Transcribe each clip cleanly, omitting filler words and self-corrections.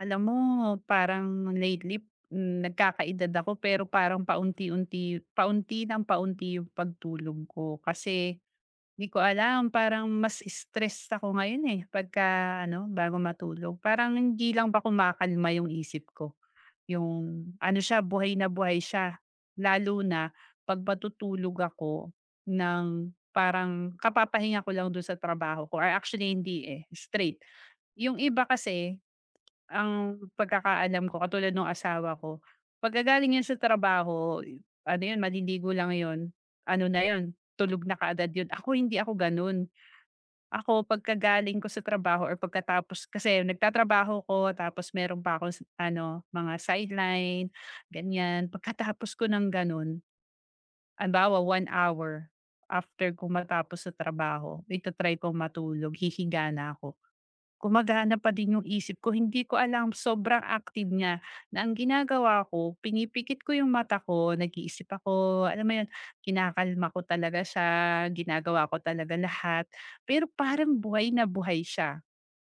Alam mo, parang lately, nagkakaedad ako pero parang paunti-unti paunti ng paunti yung pagtulog ko. Kasi hindi ko alam parang mas stress ako ngayon, eh, pagka ano, bago matulog. Parang hindi lang ba kumakalma yung isip ko, yung ano siya, buhay na buhay siya. Lalo na 'pag matutulog ako ng parang kapapahinga ko lang dun sa trabaho ko or actually hindi, eh, straight. Yung iba kasi ang pagkakaalam ko katulad nung asawa ko, pagkagaling niya sa trabaho, ano yun maliligo lang yun, ano na yun, tulog na kaagad yun. Ako hindi ako ganun. Ako pagkagaling ko sa trabaho or pagkatapos kasi nagtatrabaho ko tapos meron pa akong ano, mga sideline, ganyan. Pagkatapos ko ng ganun, halimbawa 1 hour after ko matapos sa trabaho, ita-try kong matulog, hihiga na ako. Gumagana pa din yung isip ko, hindi ko alam sobrang active niya na ang ginagawa ko, pinipikit ko yung mata ko, nag-iisip ako, alam mo yun, kinakalma ko talaga siya, ginagawa ko talaga lahat, pero parang buhay na buhay siya.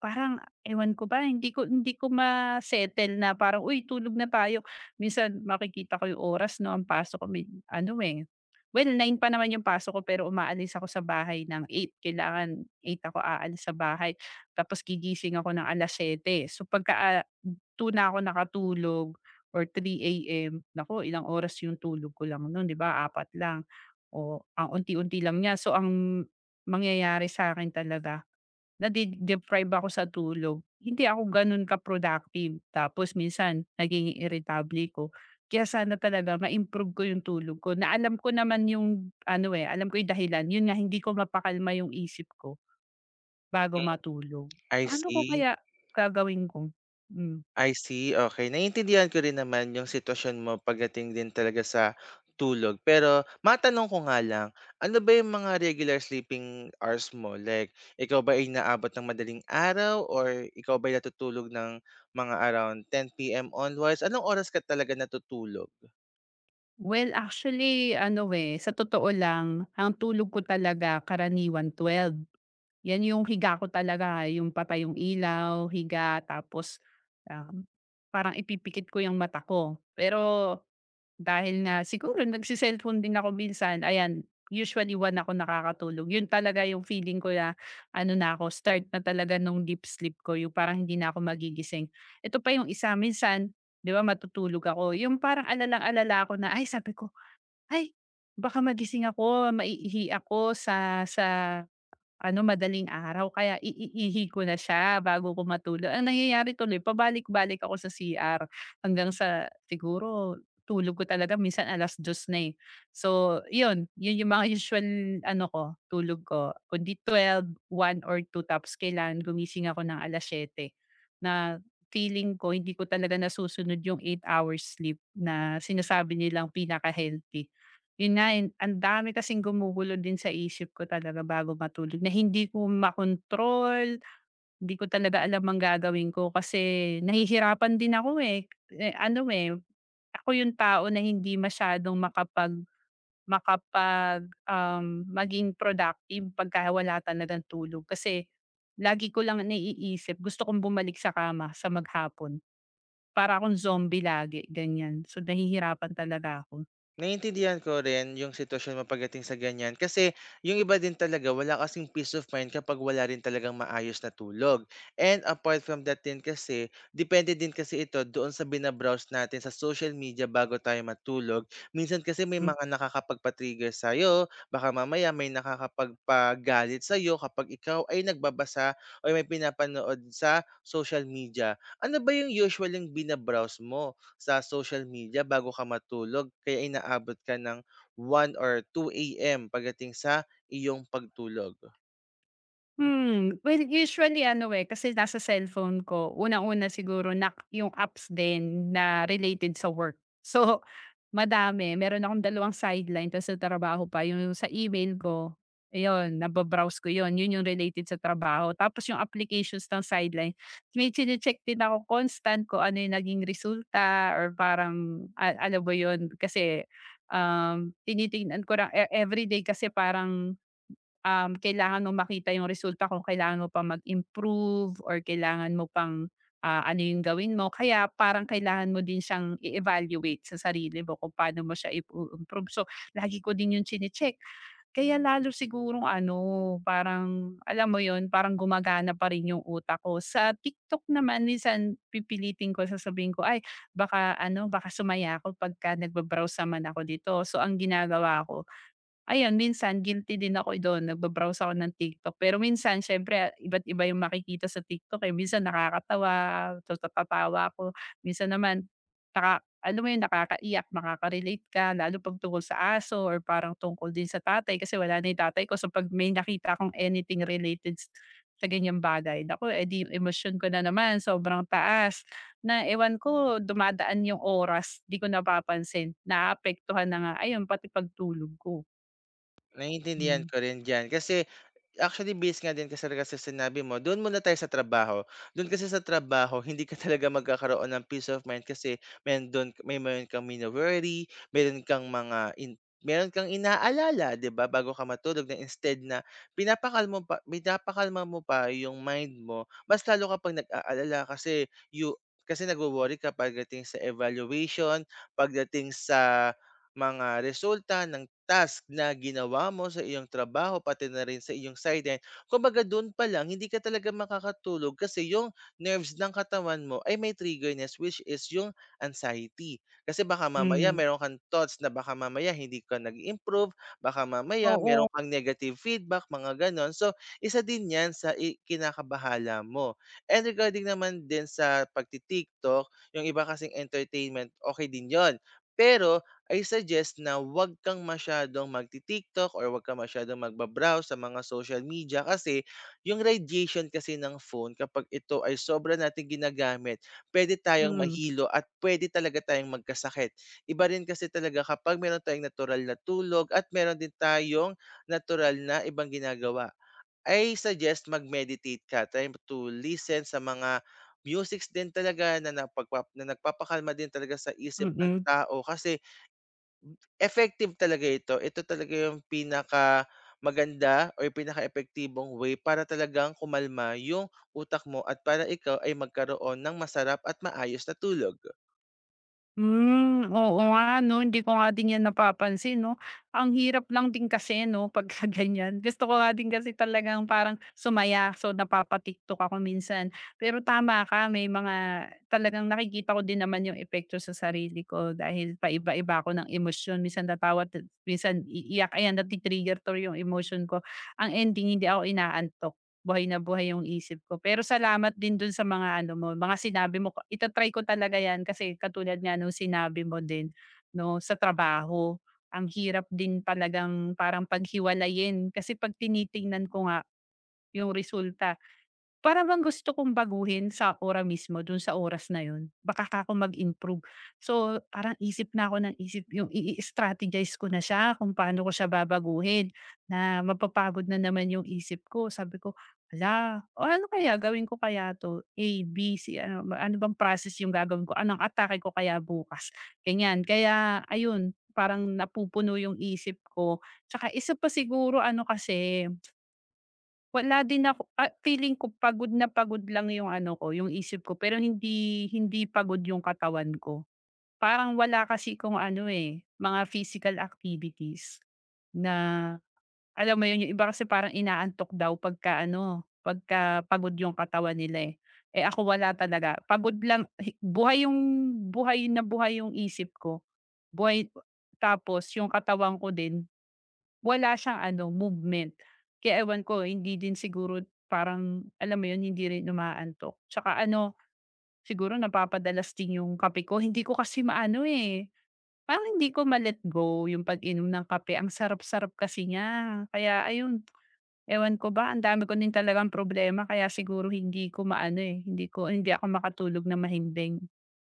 Parang ewan ko ba, hindi ko ma-settle na parang, "Uy, tulog na tayo." Minsan makikita ko yung oras 'no, ang pasok ko may ano, eh, well 9 pa naman yung pasok ko pero umaalis ako sa bahay ng 8. Kailangan 8 ako aalis sa bahay tapos gigising ako ng 7:00. So pagka, 2 na ako nakatulog or 3 AM, naku ilang oras yung tulog ko lang noon 'di ba, apat lang. O ang unti-unti lang niya. So ang mangyayari sa akin talaga, nade-deprive ako sa tulog. Hindi ako gano'n ka-productive tapos minsan naging irritable ko. Kaya sana talaga ma-improve ko yung tulog ko na alam ko naman yung ano, eh, alam ko yung dahilan. Yun nga hindi ko mapakalma yung isip ko bago Hmm, matulog. I Paano ko see, kaya gagawin ko? Hmm. I see, okey. Naiintindihan ko rin naman yung sitwasyon mo pagdating din talaga sa tulog. Pero matanong ko nga lang, ano ba yung mga regular sleeping hours mo? Like, ikaw ba ay inaabot ng madaling araw or ikaw ba'y natutulog ng mga around 10 p.m. onwards? Anong oras ka talaga natutulog? Well, actually ano, eh, sa totoo lang ang tulog ko talaga karaniwan 12. Yan yung higa ko talaga, yung patay yung ilaw, higa tapos, um, parang ipipikit ko yung mata ko. Pero dahil na siguro din ako minsan, ayan, usually 1 ako nakakatulog. Yun talaga yung feeling ko na ano na ako, start na talaga nung deep sleep ko, yung parang hindi na ako magigising. Ito pa yung isa, minsan 'di ba matutulog ako, yung parang alalang-alala ako na, ay sabi ko, "Ay baka magising ako, maiihi ako sa" ano, madaling araw kaya iiihi ko na siya bago ko matulog. Ang nangyayari tuloy pabalik-balik ako sa CR hanggang sa siguro tulog ko talaga minsan 2:00 na, eh. So yun, yun yung mga usual ano ko, tulog ko. Kundi 12, 1 or 2 tops, kailangan gumising ako ng 7:00 na feeling ko hindi ko talaga nasusunod yung 8 hours sleep na sinasabi nilang pinaka-healthy. Yun nga, eh, ang dami kasing gumugulo din sa isip ko talaga bago matulog na hindi ko makontrol, hindi ko talaga alam ang gagawin ko kasi nahihirapan din ako, eh. Eh, ano, eh, ako yung tao na hindi masyadong makapag makapag, um, maging productive pagka wala talaga ng tulog kasi lagi ko lang naiisip gusto kong bumalik sa kama sa maghapon. Para akong zombie lagi, ganyan. So, nahihirapan talaga ako. Naiintindihan ko rin yung sitwasyon mo pagdating sa ganyan kasi yung iba din talaga wala kasing peace of mind kapag wala rin talagang maayos na tulog. And apart from that din kasi, depende din kasi ito doon sa binabrowse natin sa social media bago tayo matulog. Minsan kasi may mga nakakapagpa-trigger sa'yo, baka mamaya may nakakapagpagalit sa'yo kapag ikaw ay nagbabasa o may pinapanood sa social media. Ano ba yung usual yung binabrowse mo sa social media bago ka matulog kaya inaabot ka ng one or 2 a.m. pagdating sa iyong pagtulog? Well usually ano, eh, kasi nasa cellphone ko unang-una siguro na yung apps din na related sa work. So, madami meron akong dalawang sideline tas sa trabaho pa yung sa email ko, ayun naba-browse ko yun, yun yung related sa trabaho. Tapos yung applications ng sideline, may chine-check din ako constant ko ano yung naging resulta or parang a alam mo yun kasi, tinitingnan ko lang e everyday kasi parang kailangan mo makita yung resulta kung kailangan mo pa mag-improve or kailangan mo pang, ano yung gawin mo. Kaya parang kailangan mo din siyang i-evaluate sa sarili mo kung paano mo siya i-improve. So, lagi ko din yun chine-check. Kaya lalo siguro ano, parang alam mo yon parang gumagana pa rin yung utak ko. Sa TikTok naman minsan pipilitin ko, sasabihin ko, "Ay baka ano, baka sumaya ako pagka nagba naman ako dito." So, ang ginagawa ko, ayun, minsan guilty din ako do'n, nagbabrowse ako ng TikTok. Pero minsan siyempre iba't iba yung makikita sa TikTok, eh. Minsan nakakatawa, tatatawa ako, minsan naman naka alam mo yun, nakakaiyak, makaka-relate ka lalo 'pag tungkol sa aso or parang tungkol din sa tatay kasi wala na yung tatay ko. So 'pag may nakita akong anything related sa ganyang bagay, naku, eh, di emosyon ko na naman sobrang taas na ewan ko dumadaan yung oras, di ko napapansin, naapektuhan na nga, ayun, pati pagtulog ko. Naiintindihan Hmm, ko rin diyan kasi. Actually, based nga din kasi talaga sa sinabi mo, doon muna tayo sa trabaho. Doon kasi sa trabaho, hindi ka talaga magkakaroon ng peace of mind kasi may doon, may meron kang mini-worry, meron kang mga in, meron kang inaalala, 'di ba, bago ka matulog na instead na pinapakalma mo pa yung mind mo, mas lalo kapag nag-aalala kasi nagwo-worry ka pagdating sa evaluation, pagdating sa mga resulta ng task na ginawa mo sa iyong trabaho, pati na rin sa iyong sideline. Kumbaga doon pa lang, hindi ka talaga makakatulog kasi yung nerves ng katawan mo ay may triggerness, which is yung anxiety. Kasi baka mamaya hmm. meron kang thoughts na baka mamaya hindi ka nag-improve, baka mamaya meron Oo, kang negative feedback, mga ganon. So, isa din yan sa kinakabahala mo. And regarding naman din sa pagti-TikTok, yung iba kasing entertainment, okay din yon, pero I suggest na huwag kang masyadong magti-TikTok or huwag kang masyadong magba sa mga social media kasi yung radiation kasi ng phone kapag ito ay sobra nating ginagamit, pwede tayong hmm, mahilo at pwede talaga tayong magkasakit. Iba rin kasi talaga kapag meron tayong natural na tulog at meron din tayong natural na ibang ginagawa. I suggest mag-meditate ka, try to listen sa mga musics din talaga na napagpap na nagpapakalma din talaga sa isip ng mm. tao kasi effective talaga ito. Ito talaga yung pinaka maganda o yung pinaka epektibong way para talagang kumalma yung utak mo at para ikaw ay magkaroon ng masarap at maayos na tulog. Hmm, oo nga 'no, hindi ko nga din 'yan napapansin 'no. Ang hirap lang din kasi 'no pagka ganyan. Gusto ko nga din kasi talagang parang sumaya, so napapa-TikTok ako minsan. Pero tama ka, may mga talagang nakikita ko din naman yung epekto sa sarili ko dahil paiba-iba ako ng emosyon. Minsan natawa, minsan iiyak, ayan nati-trigger 'to yung emotion ko. Ang ending hindi ako inaantok. Buhay na buhay yung isip ko. Pero salamat din dun sa mga ano mo, mga sinabi mo. Ita-try ko talaga yan kasi katulad nga nung sinabi mo din 'no, sa trabaho. Ang hirap din talagang parang paghiwalayin kasi 'pag tinitingnan ko nga yung resulta para bang gusto kong baguhin sa ora mismo, dun sa oras na yun, baka ka ako mag-improve. So, parang isip na ako ng isip yung i strategize ko na siya kung paano ko siya babaguhin na mapapagod na naman yung isip ko. Sabi ko, ala, o ano kaya gawin ko kaya 'to, A, B, C, ano bang process yung gagawin ko, anong atake ko kaya bukas?" Ganyan. Kaya ayun, parang napupuno yung isip ko. Tsaka isa pa siguro ano kasi wala din ako ah, feeling ko pagod na pagod lang yung ano ko, yung isip ko pero hindi hindi pagod yung katawan ko. Parang wala kasi akong ano, eh, mga physical activities na alam mo yun, yung iba kasi parang inaantok daw pagka ano, pagka pagod yung katawan nila, eh. Eh, ako wala talaga, pagod lang buhay yung buhay na buhay yung isip ko, buhay tapos yung katawan ko din wala siyang ano, movement. Kaya ewan ko hindi din siguro parang alam mo yun, hindi rin umaantok. Tsaka ano, siguro napapadalas din yung kape ko. Hindi ko kasi maano, eh, parang hindi ko ma-let go yung pag-inom ng kape. Ang sarap-sarap kasi niya. Kaya ayun, ewan ko ba, ang dami ko din talagang problema kaya siguro hindi ko maano, eh, hindi ko hindi ako makatulog na mahimbing.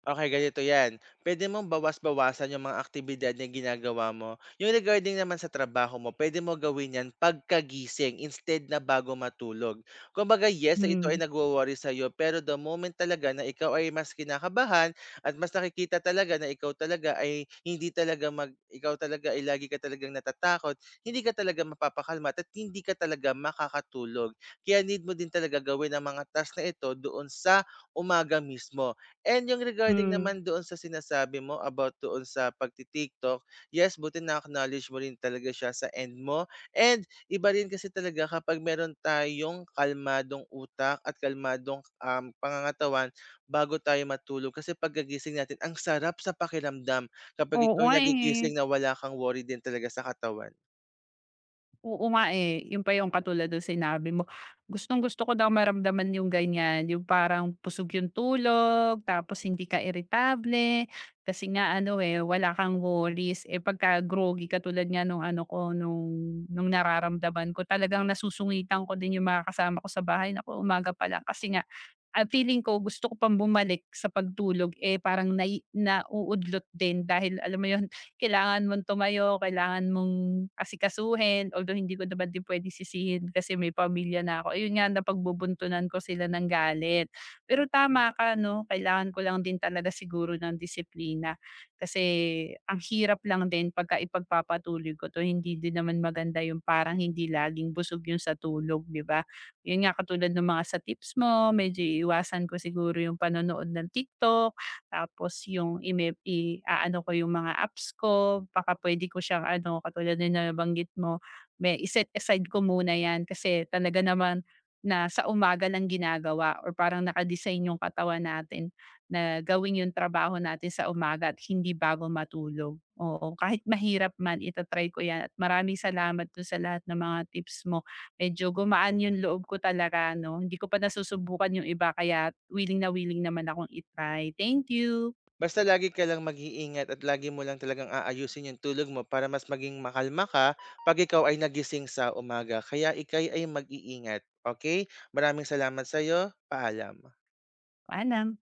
Okey, ganito 'yan. Puwede mong bawas-bawasan yung mga aktibidad na ginagawa mo. Yung regarding naman sa trabaho mo, puwede mo gawin 'yan pagkagising instead na bago matulog. Kumbaga, yes, ito Hmm. ay nagwo-worry sa'yo, pero the moment talaga na ikaw ay mas kinakabahan at mas nakikita talaga na ikaw talaga ay lagi ka talagang natatakot, hindi ka talaga mapapakalma at hindi ka talaga makakatulog. Kaya need mo din talaga gawin ang mga task na ito doon sa umaga mismo. And yung regarding Hmm. naman doon sa sinasabi mo about doon sa pagti-TikTok, yes, buti na-acknowledge mo rin talaga siya sa end mo. And iba rin kasi talaga kapag meron tayong kalmadong utak at kalmadong, pangangatawan bago tayo matulog. Kasi pagkagising natin ang sarap sa pakiramdam kapag Oo ikaw nga, ay eh. nagigising na wala kang worry din talaga sa katawan. Oo nga, eh, yun pa yung katulad nung sinabi mo. Gustong-gusto ko daw maramdaman yung ganyan, yung parang pusog yung tulog, tapos hindi ka irritable. Kasi nga ano, eh, wala kang worries. Eh, pagka groggy katulad nga nung ano ko, nung nararamdaman ko, talagang nasusungitan ko din yung mga kasama ko sa bahay, naku umaga pa lang kasi nga ah, feeling ko gusto ko pang bumalik sa pagtulog, eh, parang nauudlot din dahil alam mo 'yun, kailangan mong tumayo, kailangan mong asikasuhin, although hindi ko naman din puwedeng sisihin kasi may pamilya na ako. Ayun nga napagbubuntunan ko sila ng galit. Pero tama ka 'no, kailangan ko lang din talaga siguro ng disiplina kasi ang hirap lang din pagka ipagpapatuloy ko 'to, hindi din naman maganda yung parang hindi laging busog yung sa tulog, 'di ba? Yun nga, katulad nung mga sa tips mo, medyo iiwasan ko siguro yung panonood ng TikTok, tapos yung i-aano ko yung mga apps ko, baka puwede ko siyang ano, katulad na nabanggit mo, may i-set aside ko muna 'yan kasi talaga naman na sa umaga lang ginagawa or parang naka yung katawan natin na gawin yung trabaho natin sa umaga at hindi bago matulog. Oo, kahit mahirap man itatry ko 'yan at maraming salamat dun sa lahat ng mga tips mo. Medyo gumaan yung loob ko talaga 'no, hindi ko pa nasusubukan yung iba kaya willing na willing naman akong itry. Thank you. Basta lagi ka lang mag-iingat at lagi mo lang talagang aayusin yung tulog mo para mas maging makalma ka 'pag ikaw ay nagising sa umaga. Kaya ika'y ay mag-iingat, okay. Maraming salamat sa iyo, paalam. Paalam.